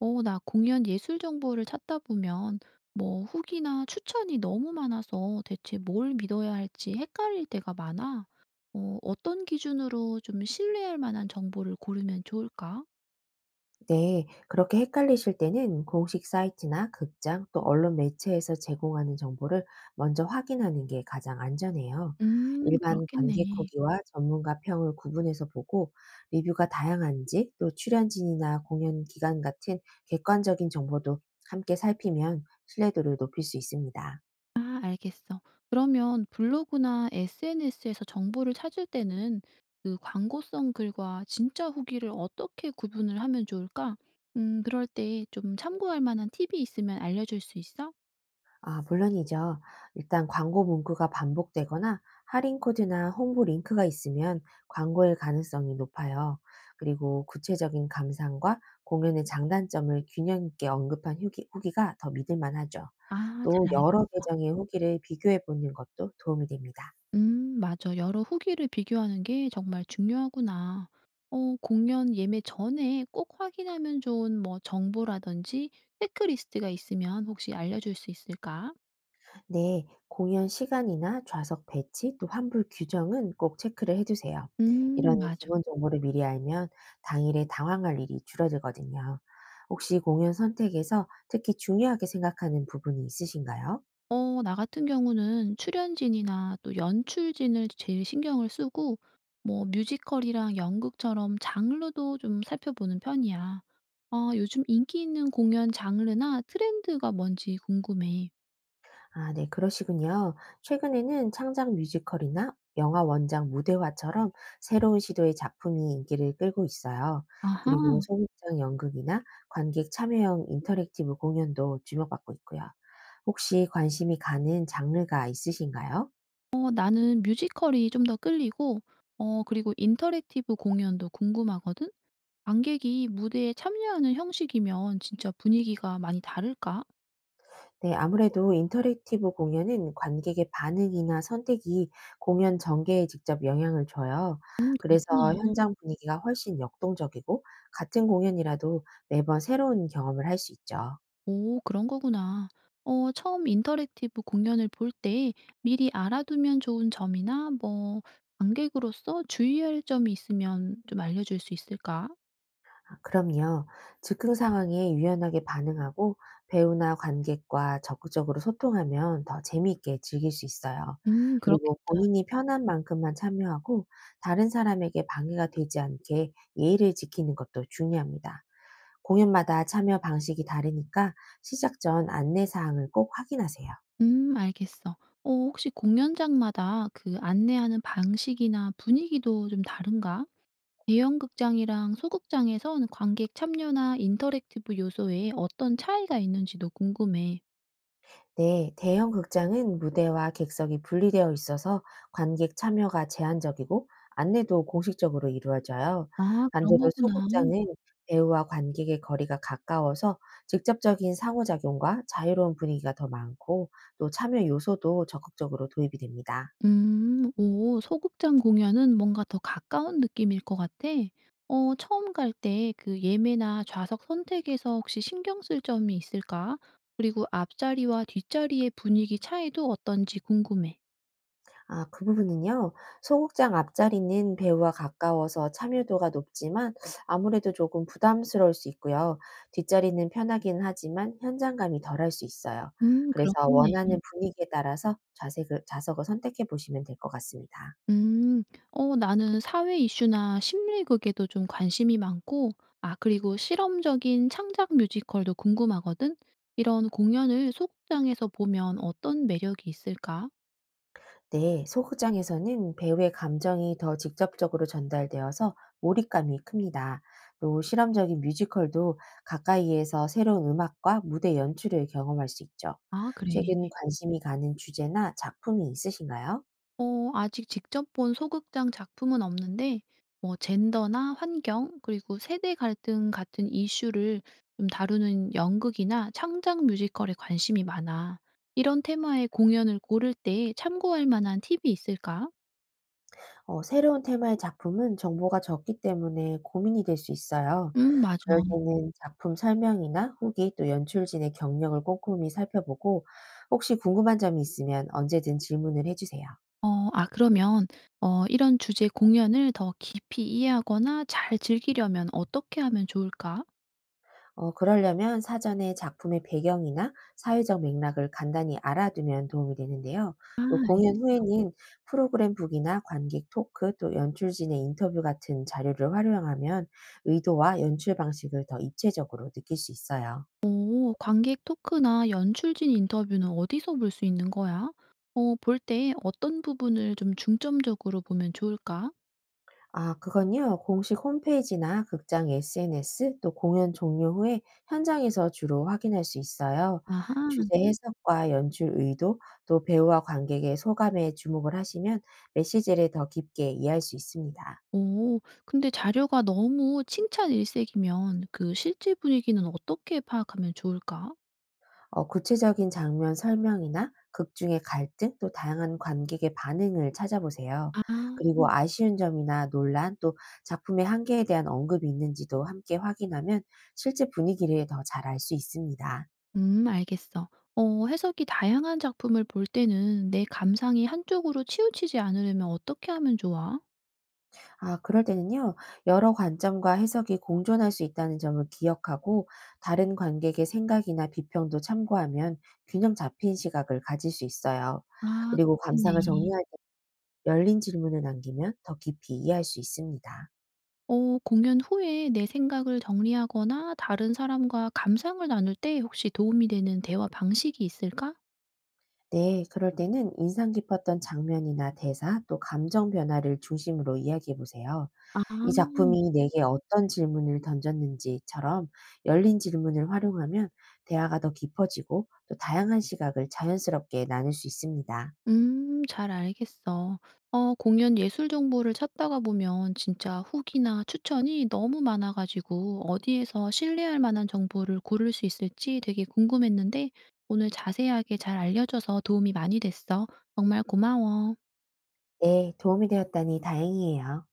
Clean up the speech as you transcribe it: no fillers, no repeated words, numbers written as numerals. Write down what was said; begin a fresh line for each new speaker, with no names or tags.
나 공연 예술 정보를 찾다 보면 뭐 후기나 추천이 너무 많아서 대체 뭘 믿어야 할지 헷갈릴 때가 많아. 어떤 기준으로 좀 신뢰할 만한 정보를 고르면 좋을까?
네, 그렇게 헷갈리실 때는 공식 사이트나 극장 또 언론 매체에서 제공하는 정보를 먼저 확인하는 게 가장 안전해요. 일반 관객
그렇겠네.
후기와 전문가 평을 구분해서 보고 리뷰가 다양한지 또 출연진이나 공연 기간 같은 객관적인 정보도 함께 살피면 신뢰도를 높일 수 있습니다.
아, 알겠어. 그러면 블로그나 SNS에서 정보를 찾을 때는 그 광고성 글과 진짜 후기를 어떻게 구분을 하면 좋을까? 그럴 때 좀 참고할 만한 팁이 있으면 알려줄 수 있어?
아, 물론이죠. 일단 광고 문구가 반복되거나 할인 코드나 홍보 링크가 있으면 광고일 가능성이 높아요. 그리고 구체적인 감상과 공연의 장단점을 균형 있게 언급한 후기가 더 믿을 만하죠.
아,
또
잘 알겠어.
여러 계정의 후기를 비교해 보는 것도 도움이 됩니다.
맞아. 여러 후기를 비교하는 게 정말 중요하구나. 공연 예매 전에 꼭 확인하면 좋은 뭐 정보라든지 체크리스트가 있으면 혹시 알려줄 수 있을까?
네, 공연 시간이나 좌석 배치 또 환불 규정은 꼭 체크를 해두세요. 이런
맞아.
기본 정보를 미리 알면 당일에 당황할 일이 줄어들거든요. 혹시 공연 선택에서 특히 중요하게 생각하는 부분이 있으신가요?
나 같은 경우는 출연진이나 또 연출진을 제일 신경을 쓰고 뭐 뮤지컬이랑 연극처럼 장르도 좀 살펴보는 편이야. 아, 요즘 인기 있는 공연 장르나 트렌드가 뭔지 궁금해.
아, 네, 그러시군요. 최근에는 창작 뮤지컬이나 영화 원작 무대화처럼 새로운 시도의 작품이 인기를 끌고 있어요. 그리고
아하.
소극장 연극이나 관객 참여형 인터랙티브 공연도 주목받고 있고요. 혹시 관심이 가는 장르가 있으신가요?
나는 뮤지컬이 좀 더 끌리고 그리고 인터랙티브 공연도 궁금하거든. 관객이 무대에 참여하는 형식이면 진짜 분위기가 많이 다를까?
네, 아무래도 인터랙티브 공연은 관객의 반응이나 선택이 공연 전개에 직접 영향을 줘요.
음,
그래서
그렇구나.
현장 분위기가 훨씬 역동적이고 같은 공연이라도 매번 새로운 경험을 할 수 있죠. 아,
오, 그런 거구나. 처음 인터랙티브 공연을 볼 때 미리 알아두면 좋은 점이나 뭐 관객으로서 주의할 점이 있으면 좀 알려줄 수 있을까?
그럼요. 즉흥 상황에 유연하게 반응하고 배우나 관객과 적극적으로 소통하면 더 재미있게 즐길 수 있어요.
음,
그리고
그렇겠다.
본인이 편한 만큼만 참여하고 다른 사람에게 방해가 되지 않게 예의를 지키는 것도 중요합니다. 공연마다 참여 방식이 다르니까 시작 전 안내 사항을 꼭 확인하세요.
음, 알겠어. 혹시 공연장마다 그 안내하는 방식이나 분위기도 좀 다른가? 대형 극장이랑 소극장에선 관객 참여나 인터랙티브 요소에 어떤 차이가 있는지도 궁금해.
네, 대형 극장은 무대와 객석이 분리되어 있어서 관객 참여가 제한적이고 안내도 공식적으로 이루어져요.
아, 그런
반대로
거구나.
소극장은 배우와 관객의 거리가 가까워서 직접적인 상호작용과 자유로운 분위기가 더 많고 또 참여 요소도 적극적으로 도입이 됩니다.
오, 소극장 공연은 뭔가 더 가까운 느낌일 것 같아. 처음 갈 때 그 예매나 좌석 선택에서 혹시 신경 쓸 점이 있을까? 그리고 앞자리와 뒷자리의 분위기 차이도 어떤지 궁금해.
아, 그 부분은요. 소극장 앞자리는 배우와 가까워서 참여도가 높지만 아무래도 조금 부담스러울 수 있고요. 뒷자리는 편하긴 하지만 현장감이 덜할 수 있어요. 그래서
그렇겠네.
원하는 분위기에 따라서 좌색을 좌석을 선택해 보시면 될 것 같습니다.
음. 나는 사회 이슈나 심리극에도 좀 관심이 많고 아, 그리고 실험적인 창작 뮤지컬도 궁금하거든. 이런 공연을 소극장에서 보면 어떤 매력이 있을까?
네, 소극장에서는 배우의 감정이 더 직접적으로 전달되어서 몰입감이 큽니다. 또 실험적인 뮤지컬도 가까이에서 새로운 음악과 무대 연출을 경험할 수 있죠.
아, 그래.
최근 관심이 가는 주제나 작품이 있으신가요?
아직 직접 본 소극장 작품은 없는데 뭐 젠더나 환경 그리고 세대 갈등 같은 이슈를 좀 다루는 연극이나 창작 뮤지컬에 관심이 많아. 이런 테마의 공연을 고를 때 참고할 만한 팁이 있을까?
어, 새로운 테마의 작품은 정보가 적기 때문에 고민이 될 수 있어요.
음, 맞아.
그럴 때는 작품 설명이나 후기 또 연출진의 경력을 꼼꼼히 살펴보고 혹시 궁금한 점이 있으면 언제든 질문을 해주세요.
그러면 이런 주제 공연을 더 깊이 이해하거나 잘 즐기려면 어떻게 하면 좋을까?
어, 그러려면 사전에 작품의 배경이나 사회적 맥락을 간단히 알아두면 도움이 되는데요.
아,
또 공연
알겠어.
후에는 프로그램 북이나 관객 토크, 또 연출진의 인터뷰 같은 자료를 활용하면 의도와 연출 방식을 더 입체적으로 느낄 수 있어요.
오, 관객 토크나 연출진 인터뷰는 어디서 볼 수 있는 거야? 볼 때 어떤 부분을 좀 중점적으로 보면 좋을까?
아, 그건요. 공식 홈페이지나 극장 SNS 또 공연 종료 후에 현장에서 주로 확인할 수 있어요.
아하.
주제 해석과 연출 의도 또 배우와 관객의 소감에 주목을 하시면 메시지를 더 깊게 이해할 수 있습니다.
오, 근데 자료가 너무 칭찬 일색이면 그 실제 분위기는 어떻게 파악하면 좋을까?
어, 구체적인 장면 설명이나 극 중의 갈등 또 다양한 관객의 반응을 찾아보세요.
아.
그리고 아쉬운 점이나 논란 또 작품의 한계에 대한 언급이 있는지도 함께 확인하면 실제 분위기를 더 잘 알 수 있습니다.
알겠어. 해석이 다양한 작품을 볼 때는 내 감상이 한쪽으로 치우치지 않으려면 어떻게 하면 좋아?
아, 그럴 때는요. 여러 관점과 해석이 공존할 수 있다는 점을 기억하고 다른 관객의 생각이나 비평도 참고하면 균형 잡힌 시각을 가질 수 있어요.
아,
그리고 감상을
그렇겠네.
정리할 때 열린 질문을 남기면 더 깊이 이해할 수 있습니다.
공연 후에 내 생각을 정리하거나 다른 사람과 감상을 나눌 때 혹시 도움이 되는 대화 방식이 있을까?
네, 그럴 때는 인상 깊었던 장면이나 대사, 또 감정 변화를 중심으로 이야기해 보세요.
아,
이 작품이 내게 어떤 질문을 던졌는지처럼 열린 질문을 활용하면 대화가 더 깊어지고 또 다양한 시각을 자연스럽게 나눌 수 있습니다.
잘 알겠어. 공연 예술 정보를 찾다가 보면 진짜 후기나 추천이 너무 많아가지고 어디에서 신뢰할 만한 정보를 고를 수 있을지 되게 궁금했는데 오늘 자세하게 잘 알려줘서 도움이 많이 됐어. 정말 고마워.
네, 도움이 되었다니 다행이에요.